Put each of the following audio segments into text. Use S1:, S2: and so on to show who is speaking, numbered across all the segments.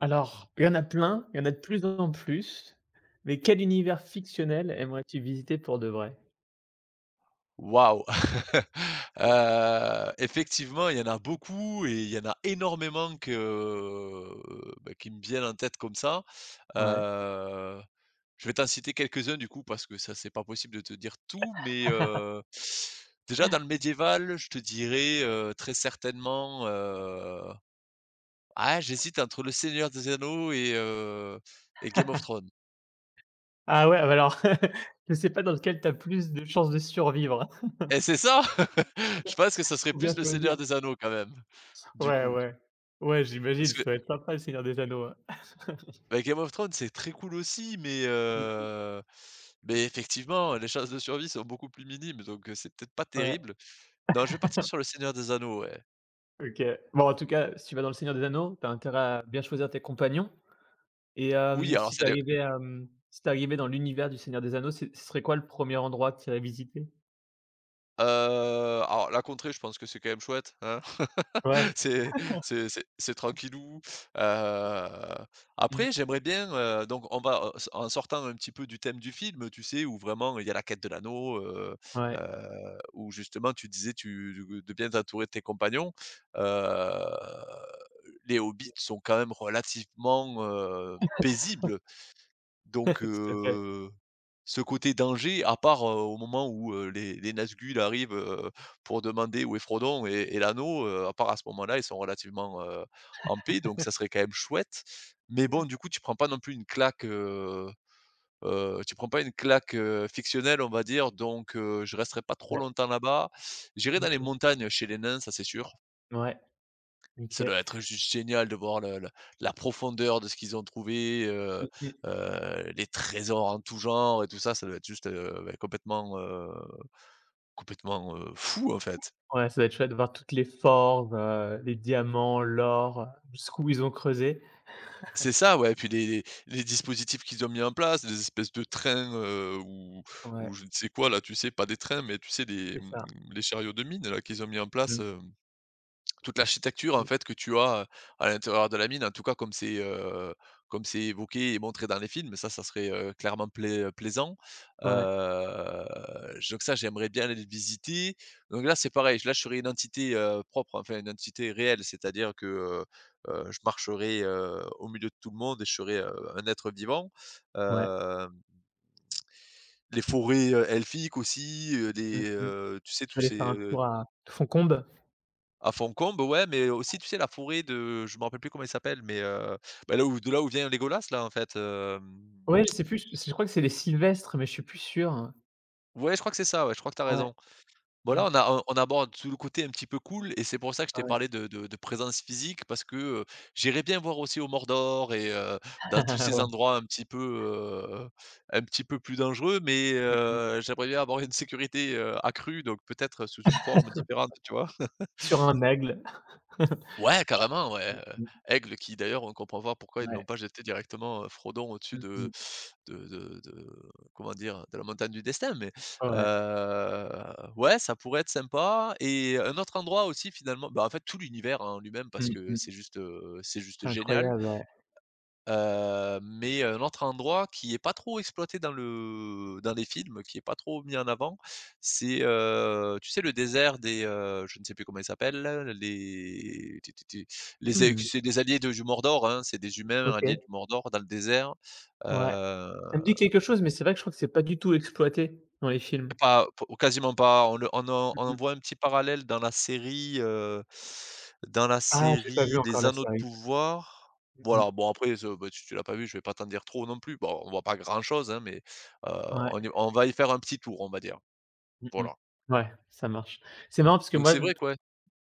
S1: Alors, il y en a plein, il y en a de plus en plus, mais quel univers fictionnel aimerais-tu visiter pour de vrai?
S2: Waouh! Effectivement, il y en a beaucoup et il y en a énormément qui me viennent en tête comme ça.
S1: Ouais.
S2: Heu, je vais t'en citer quelques-uns du coup parce que ça, c'est pas possible de te dire tout, mais déjà dans le médiéval, je te dirais, très certainement, j'hésite entre Le Seigneur des Anneaux et Game of Thrones.
S1: Ah ouais, ah bah alors, je sais pas dans lequel tu as plus de chances de survivre.
S2: Et c'est ça! Je pense que ça serait
S1: Faut bien
S2: plus Le
S1: choisir.
S2: Seigneur des Anneaux quand même, du
S1: Ouais,
S2: coup.
S1: ouais. Ouais, j'imagine,
S2: Parce
S1: ça va être sympa le Seigneur des Anneaux, hein.
S2: Bah, Game of Thrones, c'est très cool aussi, mais effectivement, les chances de survie sont beaucoup plus minimes, donc c'est peut-être pas
S1: Ouais,
S2: terrible. Non, je vais partir sur Le Seigneur des Anneaux, ouais.
S1: OK. Bon, en tout cas, si tu vas dans le Seigneur des Anneaux, t'as intérêt à bien choisir tes compagnons et hem,
S2: Oui, alors
S1: si tu
S2: c'est des
S1: arrivais, hem, si tu arrivé dans l'univers du Seigneur des Anneaux, ce serait quoi le premier endroit que tu irais visiter?
S2: alors la contrée, je pense que c'est quand même chouette, hein?
S1: Ouais.
S2: C'est c'est tranquillou, heu,
S1: Mmh.
S2: après j'aimerais bien, donc s en sortant un petit peu du thème du film, tu sais, où vraiment il y a la quête de l'anneau,
S1: Ouais.
S2: où justement tu disais tu de bien t'entourer de tes compagnons, heu, les hobbits sont quand même relativement, paisibles.
S1: Tout
S2: Donc
S1: à fait.
S2: heu, ce côté danger, à part, au moment où, heu, les Nazgûl arrivent, pour demander où est Frodon et l'anneau, à part à ce moment-là, ils sont relativement, en paix, donc ça serait quand même chouette. Mais bon, du coup, tu prends pas non plus une claque, tu prends pas une claque, fictionnelle, on va dire, donc je resterai pas trop
S1: Ouais.
S2: longtemps là-bas. J'irai
S1: Mmh
S2: dans les
S1: mh.
S2: montagnes chez les nains, ça c'est sûr.
S1: Ouais. OK.
S2: Ça doit être juste génial de voir le la profondeur de ce qu'ils ont trouvé, heu
S1: Mmh mh.
S2: heu, les trésors en tout genre et tout ça, ça doit être juste, complètement, complètement, fou, en fait.
S1: Ouais, ça doit être chouette de voir toutes les formes, les diamants, l'or, jusqu'où ils ont creusé.
S2: C'est ça, ouais, puis les dispositifs qu'ils ont mis en place, des espèces de trains, heu, ou
S1: Ouais,
S2: ou je ne sais quoi là, tu sais? Pas des trains, mais tu sais,
S1: c'est ça.
S2: les chariots de mine là qu'ils ont mis en place,
S1: Mmh
S2: toute l'architecture en
S1: mh.
S2: fait que tu as, à l'intérieur de la mine, en tout cas comme c'est évoqué et montré dans les films, ça serait, clairement plaisant.
S1: Ouais,
S2: Heu, donc ça, j'aimerais bien aller le visiter. Donc là, c'est pareil, là, je serais une entité, propre, enfin une entité réelle, c'est-à-dire que je marcherais, au milieu de tout le monde et je serais, un être vivant.
S1: ouais.
S2: Hem, les forêts, elfiques aussi,
S1: Mmh mh.
S2: tu sais
S1: Je suis
S2: tous
S1: allé faire
S2: ces,
S1: un tour à Fontcombes.
S2: à Foncombe, ouais, mais aussi, tu sais, la forêt de je me rappelle plus comment elle s'appelle, mais là où de là où vient Legolas là, en fait,
S1: Ouais, je sais plus, je crois que c'est les Sylvestres, mais je suis plus sûr.
S2: ouais, je crois que c'est ça, ouais, je crois que t'as as
S1: Ouais.
S2: raison.
S1: Mmh.
S2: Voilà, on a on on aborde tout le côté un petit peu cool et c'est pour ça que je t'ai
S1: Ouais.
S2: parlé de présence physique parce que, j'irais bien voir aussi au Mordor et dans tous ces
S1: Ouais.
S2: endroits un petit peu plus dangereux, mais
S1: Mmh mh.
S2: heu, j'aimerais bien avoir une sécurité, accrue, donc peut-être sous une forme différente, tu vois?
S1: Sur un aigle.
S2: Ouais, carrément, ouais,
S1: Mmh
S2: heu,
S1: mh.
S2: Aigle qui d'ailleurs on comprend pas pourquoi ils n'ont
S1: Ouais.
S2: pas jeté directement, Frodon au-dessus
S1: Mmh
S2: de
S1: mh.
S2: de de de comment dire? De la montagne du destin, mais
S1: Ouais.
S2: heu, ouais, ça pourrait être sympa et un autre endroit aussi finalement bah, en fait tout l'univers hein, en lui-même parce
S1: Mmh
S2: que
S1: mh.
S2: c'est juste
S1: C'est
S2: génial.
S1: incroyable, ouais.
S2: Mais un autre endroit qui est pas trop exploité dans le dans les films, qui est pas trop mis en avant, c'est, tu sais le désert des, je ne sais plus comment il s'appelle, là, les té té té les a
S1: Mmh.
S2: c'est des alliés de du Mordor, hein, c'est des humains alliés
S1: OK.
S2: du Mordor dans le désert,
S1: Ouais.
S2: heu
S1: Ça me dit quelque chose, mais c'est vrai que je crois que c'est pas du tout exploité dans les films.
S2: pas p quasiment pas. On en
S1: Mmh.
S2: voit un petit parallèle dans la
S1: Ah, j'ai pas vu
S2: série
S1: encore
S2: des
S1: la
S2: Anneaux de
S1: série.
S2: pouvoir.
S1: Mmh
S2: Voilà,
S1: mh.
S2: bon après ce bah, tu l'as pas vu, je vais pas t'en dire trop non plus. Bon, on voit pas grand chose, hein, mais, heu,
S1: Ouais.
S2: on va y faire un petit tour, on va dire.
S1: Mmh mh.
S2: Voilà.
S1: Ouais, ça marche. C'est marrant parce que
S2: Donc
S1: moi,
S2: c'est vrai quoi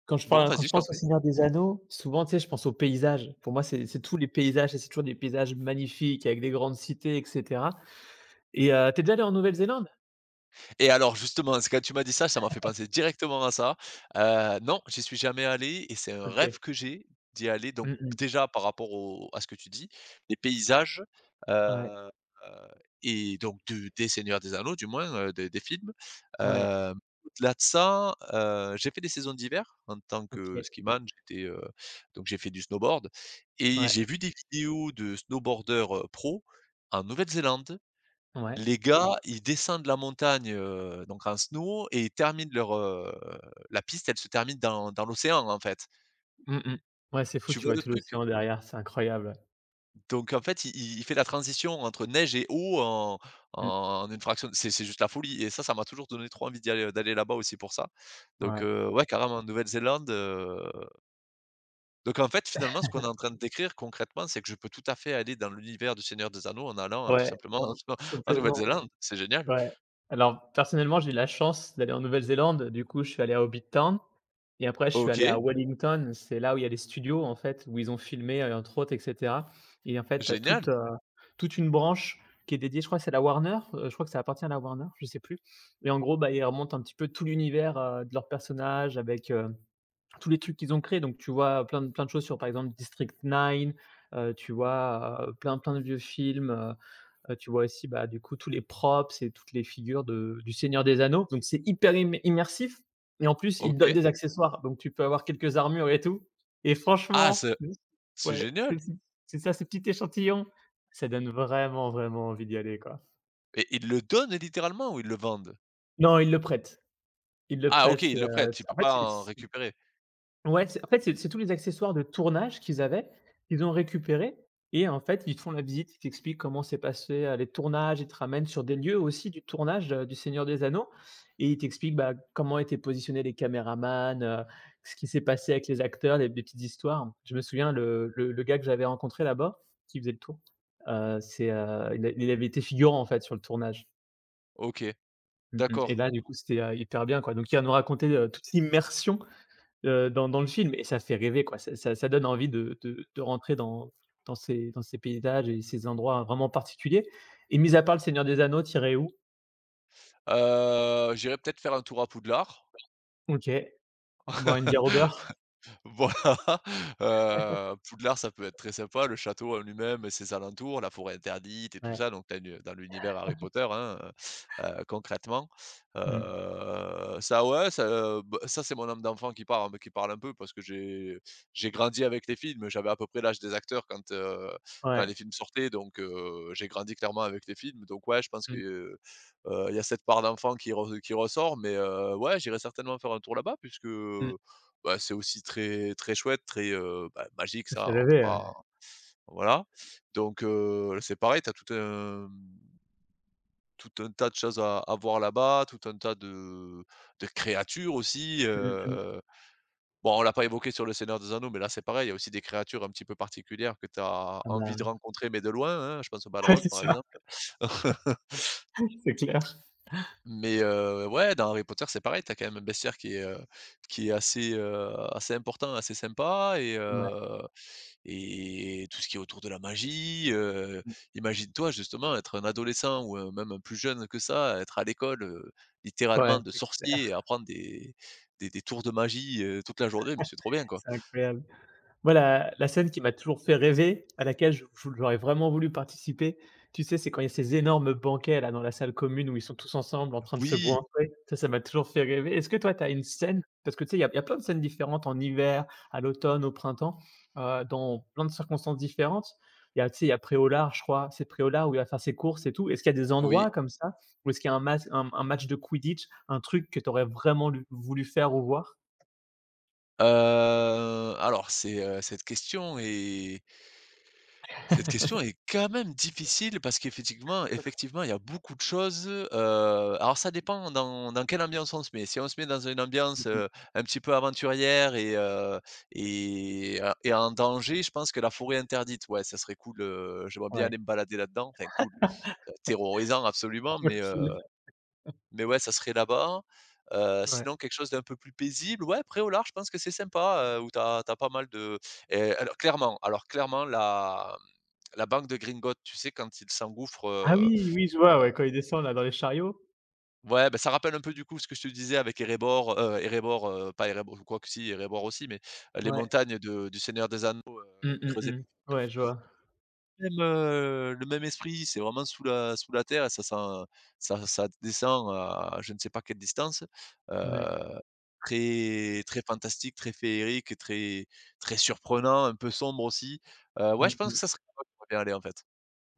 S2: bon
S1: quand
S2: vas-y,
S1: je
S2: je t'en
S1: pense au Seigneur des Anneaux, souvent, tu sais, je pense aux paysages. Pour moi, c'est tous les paysages et c'est toujours des paysages magnifiques avec des grandes cités et cetera et tu es déjà allé en Nouvelle-Zélande?
S2: et alors justement, c'est quand tu m'as dit ça, ça m'a fait penser directement à ça. Non, j'y suis jamais allé et c'est un rêve
S1: OK.
S2: que j'ai d'y aller. Donc
S1: Mmh mh.
S2: déjà par rapport au à ce que tu dis, les paysages,
S1: Ouais,
S2: heu, et donc de des Seigneurs des Anneaux du moins, des films.
S1: ouais,
S2: Au-delà de ça, j'ai fait des saisons d'hiver en tant que
S1: OK.
S2: skiman. Donc j'ai fait du snowboard et
S1: Ouais,
S2: j'ai vu des vidéos de snowboarders, pros en Nouvelle-Zélande.
S1: ouais.
S2: Les gars, ils descendent la montagne, donc en snow et ils terminent leur. La piste, elle se termine dans l'océan, en fait.
S1: Mmh mh. Ouais, c'est fou,
S2: Tu
S1: tu
S2: vois
S1: vois
S2: le
S1: tout
S2: truc?
S1: l'océan derrière, c'est incroyable, ouais.
S2: Donc en fait, il fait la transition entre neige et eau en
S1: Mmh.
S2: en une fraction c'est juste la folie et ça m'a toujours donné trop envie d'y aller, d'aller là-bas aussi pour ça. Donc
S1: Ouais.
S2: heu, ouais, carrément, en Nouvelle-Zélande. Donc en fait, finalement, ce qu'on est en train de décrire concrètement, c'est que je peux tout à fait aller dans l'univers du Seigneur des Anneaux en allant, tout
S1: Ouais,
S2: simplement en
S1: complètement.
S2: Nouvelle-Zélande. C'est génial.
S1: Ouais. Alors personnellement, j'ai eu la chance d'aller en Nouvelle-Zélande. Du coup, je suis allé à Hobbit Town et après je suis allé à
S2: OK,
S1: Wellington. C'est là où il y a les studios en fait, où ils ont filmé, entre autres et cetera et en fait, tu as
S2: génial,
S1: toute une branche qui est dédiée, je crois que c'est la Warner, je crois que ça appartient à la Warner, je sais plus et en gros, bah, ils remontent un petit peu tout l'univers, de leurs personnages avec, tous les trucs qu'ils ont créés. Donc tu vois, plein de choses sur, par exemple, District 9, tu vois, plein de vieux films, tu vois aussi, bah, du coup, tous les props et toutes les figures de du Seigneur des Anneaux, donc c'est hyper im immersif et en plus, ils te donnent
S2: OK.
S1: des accessoires, donc tu peux avoir quelques armures et tout et
S2: Ah,
S1: franchement,
S2: c'est C'est
S1: ouais,
S2: génial!
S1: c'est si c'est ça, ce petit échantillon. Ça donne vraiment, vraiment envie d'y aller, quoi.
S2: Et ils le donnent littéralement ou ils le vendent?
S1: Non, ils le
S2: Ah
S1: prêtent,
S2: OK,
S1: c'est,
S2: ils le prêtent, tu peux
S1: en fait,
S2: pas
S1: c'est.
S2: en récupérer.
S1: Ouais, c'est en fait, c'est tous les accessoires de tournage qu'ils avaient, qu'ils ont récupérés et en fait, ils te font la visite, ils t'expliquent comment s'est passé, les tournages, ils te ramènent sur des lieux aussi du tournage, du Seigneur des Anneaux et ils t'expliquent, bah, comment étaient positionnés les caméramans, ce qui s'est passé avec les acteurs, des petites histoires. Je me souviens le gars que j'avais rencontré là-bas, qui faisait le tour, il avait été figurant en fait sur le tournage.
S2: OK,
S1: Mmh mh et
S2: d'accord.
S1: là, du coup, c'était, hyper bien quoi. Donc il va nous raconter, toute l'immersion dans le film et ça fait rêver quoi. Ça donne envie de rentrer dans ces paysages et ces endroits vraiment particuliers et mis à part Le Seigneur des Anneaux, tirer où?
S2: J'irai peut-être faire un tour à Poudlard.
S1: OK, boire une bière au beurre?
S2: Voilà, Poudlard, ça peut être très sympa, le château en lui-même et ses alentours, la forêt interdite et tout
S1: Ouais,
S2: ça, donc tu une dans l'univers Harry Potter, hein, concrètement.
S1: mmh,
S2: Ça ouais, ça, ça, c'est mon âme d'enfant qui parle un peu parce que j'ai grandi avec les films, j'avais à peu près l'âge des acteurs quand, quand
S1: ouais,
S2: les films sortaient, donc j'ai grandi clairement avec les films, donc ouais, je pense que,
S1: mmh,
S2: il y a cette part d'enfant qui ressort, mais ouais, j'irai certainement faire un tour là-bas puisque,
S1: mmh,
S2: bah, c'est aussi très très chouette, très, bah, magique
S1: ça fait
S2: ça, on peut
S1: rêver, ouais.
S2: pas voilà. Donc c'est pareil, tu as tout un tas de choses à voir là-bas, tout un tas de créatures aussi,
S1: Mmh mh.
S2: Bon, on l'a pas évoqué sur Le Seigneur des Anneaux, mais là, c'est pareil, il y a aussi des créatures un petit peu particulières que tu as
S1: Ah
S2: envie
S1: bah,
S2: de rencontrer, mais de loin, hein. Je pense au
S1: ouais,
S2: Balrog,
S1: c'est
S2: par
S1: ça,
S2: exemple.
S1: c'est clair.
S2: Mais ouais, dans Harry Potter, c'est pareil, t'as quand même un bestiaire qui est assez, assez important, assez sympa et
S1: Ouais,
S2: heu Et tout ce qui est autour de la magie,
S1: mmh,
S2: imagine-toi justement être un adolescent ou même un plus jeune que ça, être à l'école,
S1: ouais,
S2: littéralement de
S1: c'est clair,
S2: sorcier et apprendre des tours de magie, toute la journée, mais c'est trop bien quoi.
S1: c'est incroyable. Moi, la scène qui m'a toujours fait rêver, à laquelle je j'aurais vraiment voulu participer, tu sais, c'est quand il y a ces énormes banquets là dans la salle commune où ils sont tous ensemble en train de se
S2: Oui,
S1: goinfrer. Ça m'a toujours fait rêver. Est-ce que toi, tu as une scène? Parce que tu sais, il y a plein de scènes différentes en hiver, à l'automne, au printemps, dans plein de circonstances différentes. Il y a tu sais, il y a Préolard, je crois, c'est Préolard où il va faire ses courses et tout. Est-ce qu'il y a des
S2: oui,
S1: endroits comme ça? Ou est-ce qu'il y a un match de Quidditch, un truc que tu aurais vraiment lu voulu faire ou voir?
S2: heu, alors c'est, cette question est cette question est quand même difficile parce qu'effectivement effectivement, il y a beaucoup de choses, alors ça dépend dans quelle ambiance on se met. Si on se met dans une ambiance,
S1: Mmh.
S2: un petit peu aventurière et en danger, je pense que la forêt interdite, ouais, ça serait cool, j'aimerais bien
S1: Ouais,
S2: aller me balader là-dedans. Enfin cool, terrorisant absolument, mais
S1: utile.
S2: mais ouais, ça serait là-bas.
S1: Ouais.
S2: Sinon quelque chose d'un peu plus paisible, ouais, Pré-au-Lard, je pense que c'est sympa, où t'as as pas mal de et alors clairement la, mmh, la banque de Greengottes, tu sais, quand ils s'engouffrent,
S1: Ah oui, oui, je vois,
S2: heu,
S1: ouais, quand ils descendent là dans les chariots?
S2: ouais, ben ça rappelle un peu du coup ce que je te disais avec Erebor, Erebor, pas Erebor quoi que si, Erebor aussi, mais les
S1: Ouais.
S2: montagnes de du Seigneur des Anneaux,
S1: Mmh, mmh,
S2: creusées
S1: mmh. Ouais, je vois.
S2: même, le même esprit, c'est vraiment sous la terre et ça sent ça ça descend à je ne sais pas quelle distance,
S1: Ouais.
S2: heu Très très fantastique, très féerique, très très surprenant, un peu sombre aussi. Ouais, je
S1: Mmh
S2: pense que
S1: mh.
S2: ça serait là où j'aimerais bien aller, en fait.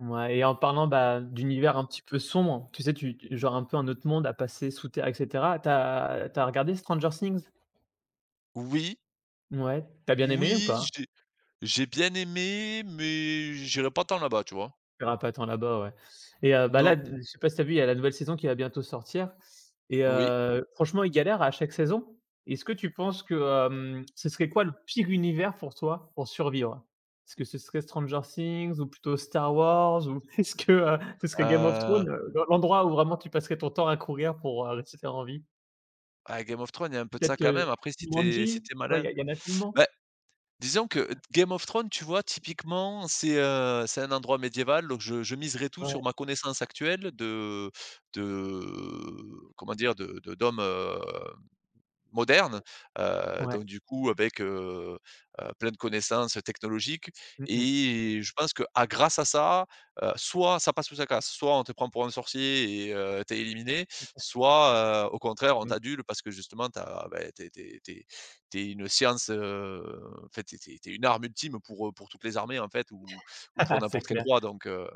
S1: Ouais et en parlant, bah, d'univers un petit peu sombre, tu sais, tu genre un peu un autre monde à passer sous terre et cetera. Tu as regardé Stranger Things?
S2: Oui,
S1: Ouais. Tu as bien aimé ou
S2: oui,
S1: pas?
S2: j'ai bien aimé, mais j'irai pas tant là-bas, tu vois?
S1: Perrapattant là-bas, ouais et bah, là,
S2: Non,
S1: d je sais pas si tu as vu, il y a la nouvelle saison qui va bientôt sortir et
S2: oui.
S1: franchement, ils galèrent à chaque saison. Est-ce que tu penses que, ce serait quoi le pire univers pour toi, pour survivre? Est-ce que ce serait Stranger Things ou plutôt Star Wars ou est-ce que, ce serait Game of
S2: Heu,
S1: Thrones, l'endroit où vraiment tu passerais ton temps à courir pour, rester en vie?
S2: ah, Game of Thrones, il y a un peu de ça
S1: Peut-être,
S2: quand même. Après, si tu si
S1: Jumanji?
S2: tu
S1: Tu vois,
S2: malin
S1: il y en a tellement.
S2: bah, disons que Game of Thrones, tu vois, typiquement, c'est un endroit médiéval, donc je miserais tout
S1: Ouais,
S2: sur ma connaissance actuelle de comment dire? De d'hommes, moderne,
S1: ouais.
S2: donc du coup avec, plein de connaissances technologiques
S1: Mmh
S2: et je pense que, à grâce à ça, soit ça passe ou ça casse, soit on te prend pour un sorcier et tu éliminé, soit, au contraire on
S1: mh, mmh.
S2: t'adule parce que justement tu as tu es tu une science, en fait, t'es es tu une arme ultime pour toutes les armées en fait ou pour
S1: C'est
S2: n'importe quel
S1: clair.
S2: roi donc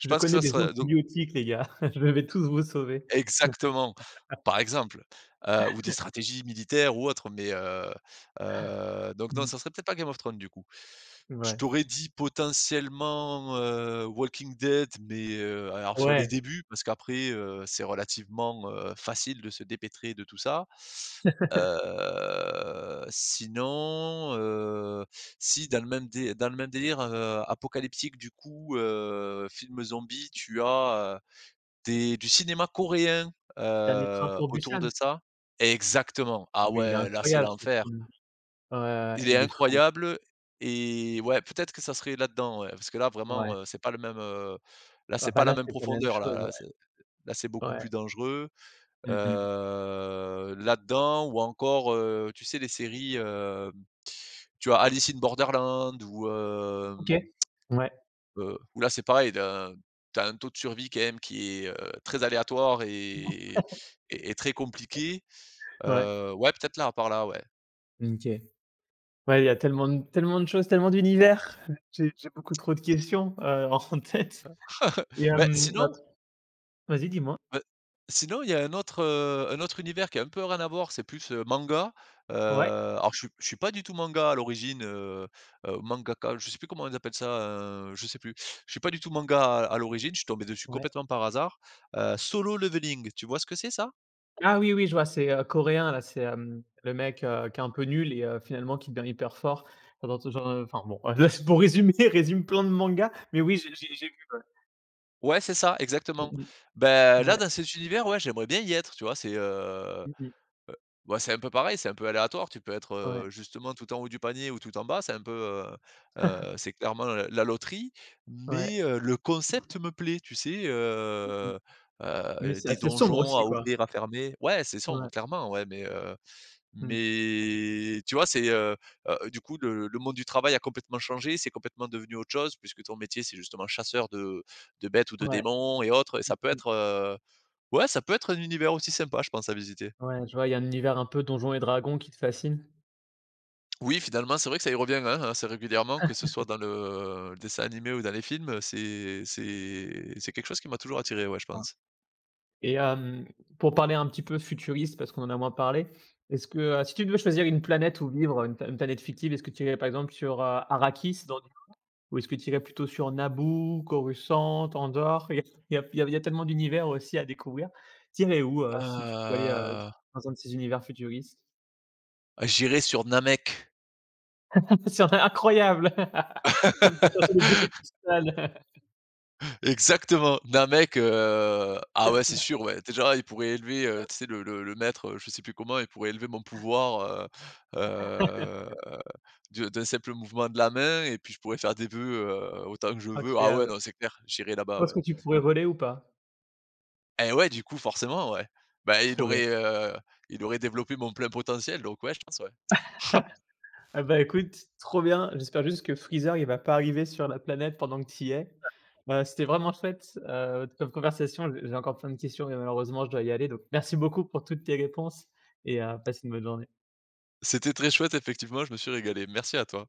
S2: je
S1: Je
S2: pense que
S1: connais
S2: ça
S1: des
S2: serait.
S1: antibiotiques, les gars. Je vais tous vous sauver.
S2: Exactement, par exemple, ou des stratégies militaires ou autres, mais donc non,
S1: Mmh.
S2: ça serait peut-être pas Game of Thrones, du coup. Je
S1: Ouais,
S2: t'aurais dit potentiellement, Walking Dead, mais alors sur les
S1: ouais,
S2: débuts, parce qu'après, c'est relativement, facile de se dépêtrer de tout ça. Sinon, si dans le même dé dans le même délire, apocalyptique, du coup, film zombie, tu as, des du cinéma coréen,
S1: Dernier train pour
S2: autour de
S1: Busan.
S2: ça. Exactement.
S1: Ah
S2: Ah
S1: mais il est
S2: ouais, là, c'est
S1: incroyable ce
S2: l'enfer.
S1: film. Ouais, ouais, ouais,
S2: Il est
S1: il est fou.
S2: incroyable et ouais, peut-être que ça serait là-dedans, ouais, parce que là,
S1: Ouais.
S2: vraiment, c'est pas le même, là,
S1: Ah
S2: c'est
S1: bah
S2: pas la
S1: là,
S2: même
S1: c'est pas la même
S2: profondeur,
S1: chose, ouais.
S2: là, c'est c'est beaucoup
S1: Ouais.
S2: plus dangereux,
S1: Mmh mh.
S2: là-dedans ou encore, tu sais, les séries, tu as Alice in Borderland ou
S1: OK.
S2: hem
S1: Ouais,
S2: Où là, c'est pareil, t'as as un taux de survie quand même qui est, très aléatoire et très compliqué.
S1: ouais.
S2: Ouais, peut-être là, par là, ouais.
S1: OK. Ouais, il y a tellement de choses, tellement d'univers. J'ai beaucoup trop de questions, en tête et
S2: Mais
S1: bah
S2: sinon,
S1: vas-y, dis-moi.
S2: heu, il y a un autre univers qui a un peu rien à voir, c'est plus, manga.
S1: Ouais,
S2: Alors je suis pas du tout manga à l'origine, mangaka, je sais plus comment on appelle ça, je sais plus. Je suis pas du tout manga à l'origine, je suis tombé dessus
S1: ouais.
S2: complètement par hasard. Solo Leveling, tu vois ce que c'est ça?
S1: Ah oui, oui, je vois, c'est, coréen là, c'est, le mec, qui est un peu nul et finalement qui devient hyper fort. Enfin, bon, là, c'est pour résumer, résume plein de mangas, mais oui, j'ai vu.
S2: Ouais, c'est ça,
S1: Mmh
S2: exactement.
S1: mh.
S2: Ben là,
S1: Ouais.
S2: dans cet univers, ouais, j'aimerais bien y être, tu vois? Heu,
S1: Mmh mh.
S2: c'est un peu pareil, c'est un peu aléatoire. Tu peux être,
S1: Ouais.
S2: justement tout en haut du panier ou tout en bas. C'est clairement la loterie,
S1: Ouais.
S2: mais, le concept me plaît, tu sais?
S1: Mmh mh. Mais c'est
S2: Des
S1: assez sombre
S2: donjons
S1: aussi,
S2: à
S1: quoi?
S2: ouvrir, à fermer. Ouais, c'est sombre,
S1: Ouais.
S2: clairement, ouais,
S1: Mmh.
S2: mais tu vois, c'est, du coup, le monde du travail a complètement changé, c'est complètement devenu autre chose puisque ton métier, c'est justement chasseur de bêtes ou de
S1: Ouais.
S2: démons et autres et ça peut
S1: Mmh.
S2: être, ouais, ça peut être un univers aussi sympa, je pense, à visiter.
S1: Ouais, je vois, il y a un univers un peu donjons et dragons qui te fascine?
S2: Oui, finalement, c'est vrai que ça y revient, hein, assez régulièrement, que ce soit dans le dessin animé ou dans les films, c'est quelque chose qui m'a toujours attiré, ouais, je
S1: Ah.
S2: pense.
S1: Et pour parler un petit peu futuriste, parce qu'on en a moins parlé, est-ce que, si tu devais choisir une planète où vivre, une planète fictive, est-ce que tu irais par exemple sur, Arrakis dans d ou est-ce que tu irais plutôt sur Naboo, Coruscant, Andorre? Il y a il y a il y a il y a tellement d'univers aussi à découvrir. Tu irais où, si tu pouvais aller,
S2: Heu,
S1: dans un de ces univers futuristes?
S2: j'irais sur Namek.
S1: C'est incroyable! Pour chercher les boules de cristal.
S2: Exactement. D'un mec, ah ouais, c'est sûr, ouais. Déjà, il pourrait élever, tu sais, le le maître, je sais plus comment, il pourrait élever mon pouvoir, heu, de d'un simple mouvement de la main et puis je pourrais faire des vœux, autant que je veux. Ah ouais,
S1: Incroyable.
S2: non, c'est clair, j'irai
S1: Tu
S2: là-bas,
S1: penses
S2: ouais.
S1: que tu pourrais relayer ou pas?
S2: Et ouais, du coup, forcément, ouais. Bah,
S1: Trop bien.
S2: il aurait développé mon plein potentiel, donc ouais, je pense, ouais.
S1: Ah bah, écoute, trop bien. J'espère juste que Freezer, il va pas arriver sur la planète pendant que tu y es. C'était vraiment chouette, comme conversation. J'ai encore plein de questions, mais malheureusement, je dois y aller. Donc merci beaucoup pour toutes tes réponses et passe une bonne journée.
S2: C'était très chouette, effectivement, je me suis régalé. Merci à toi.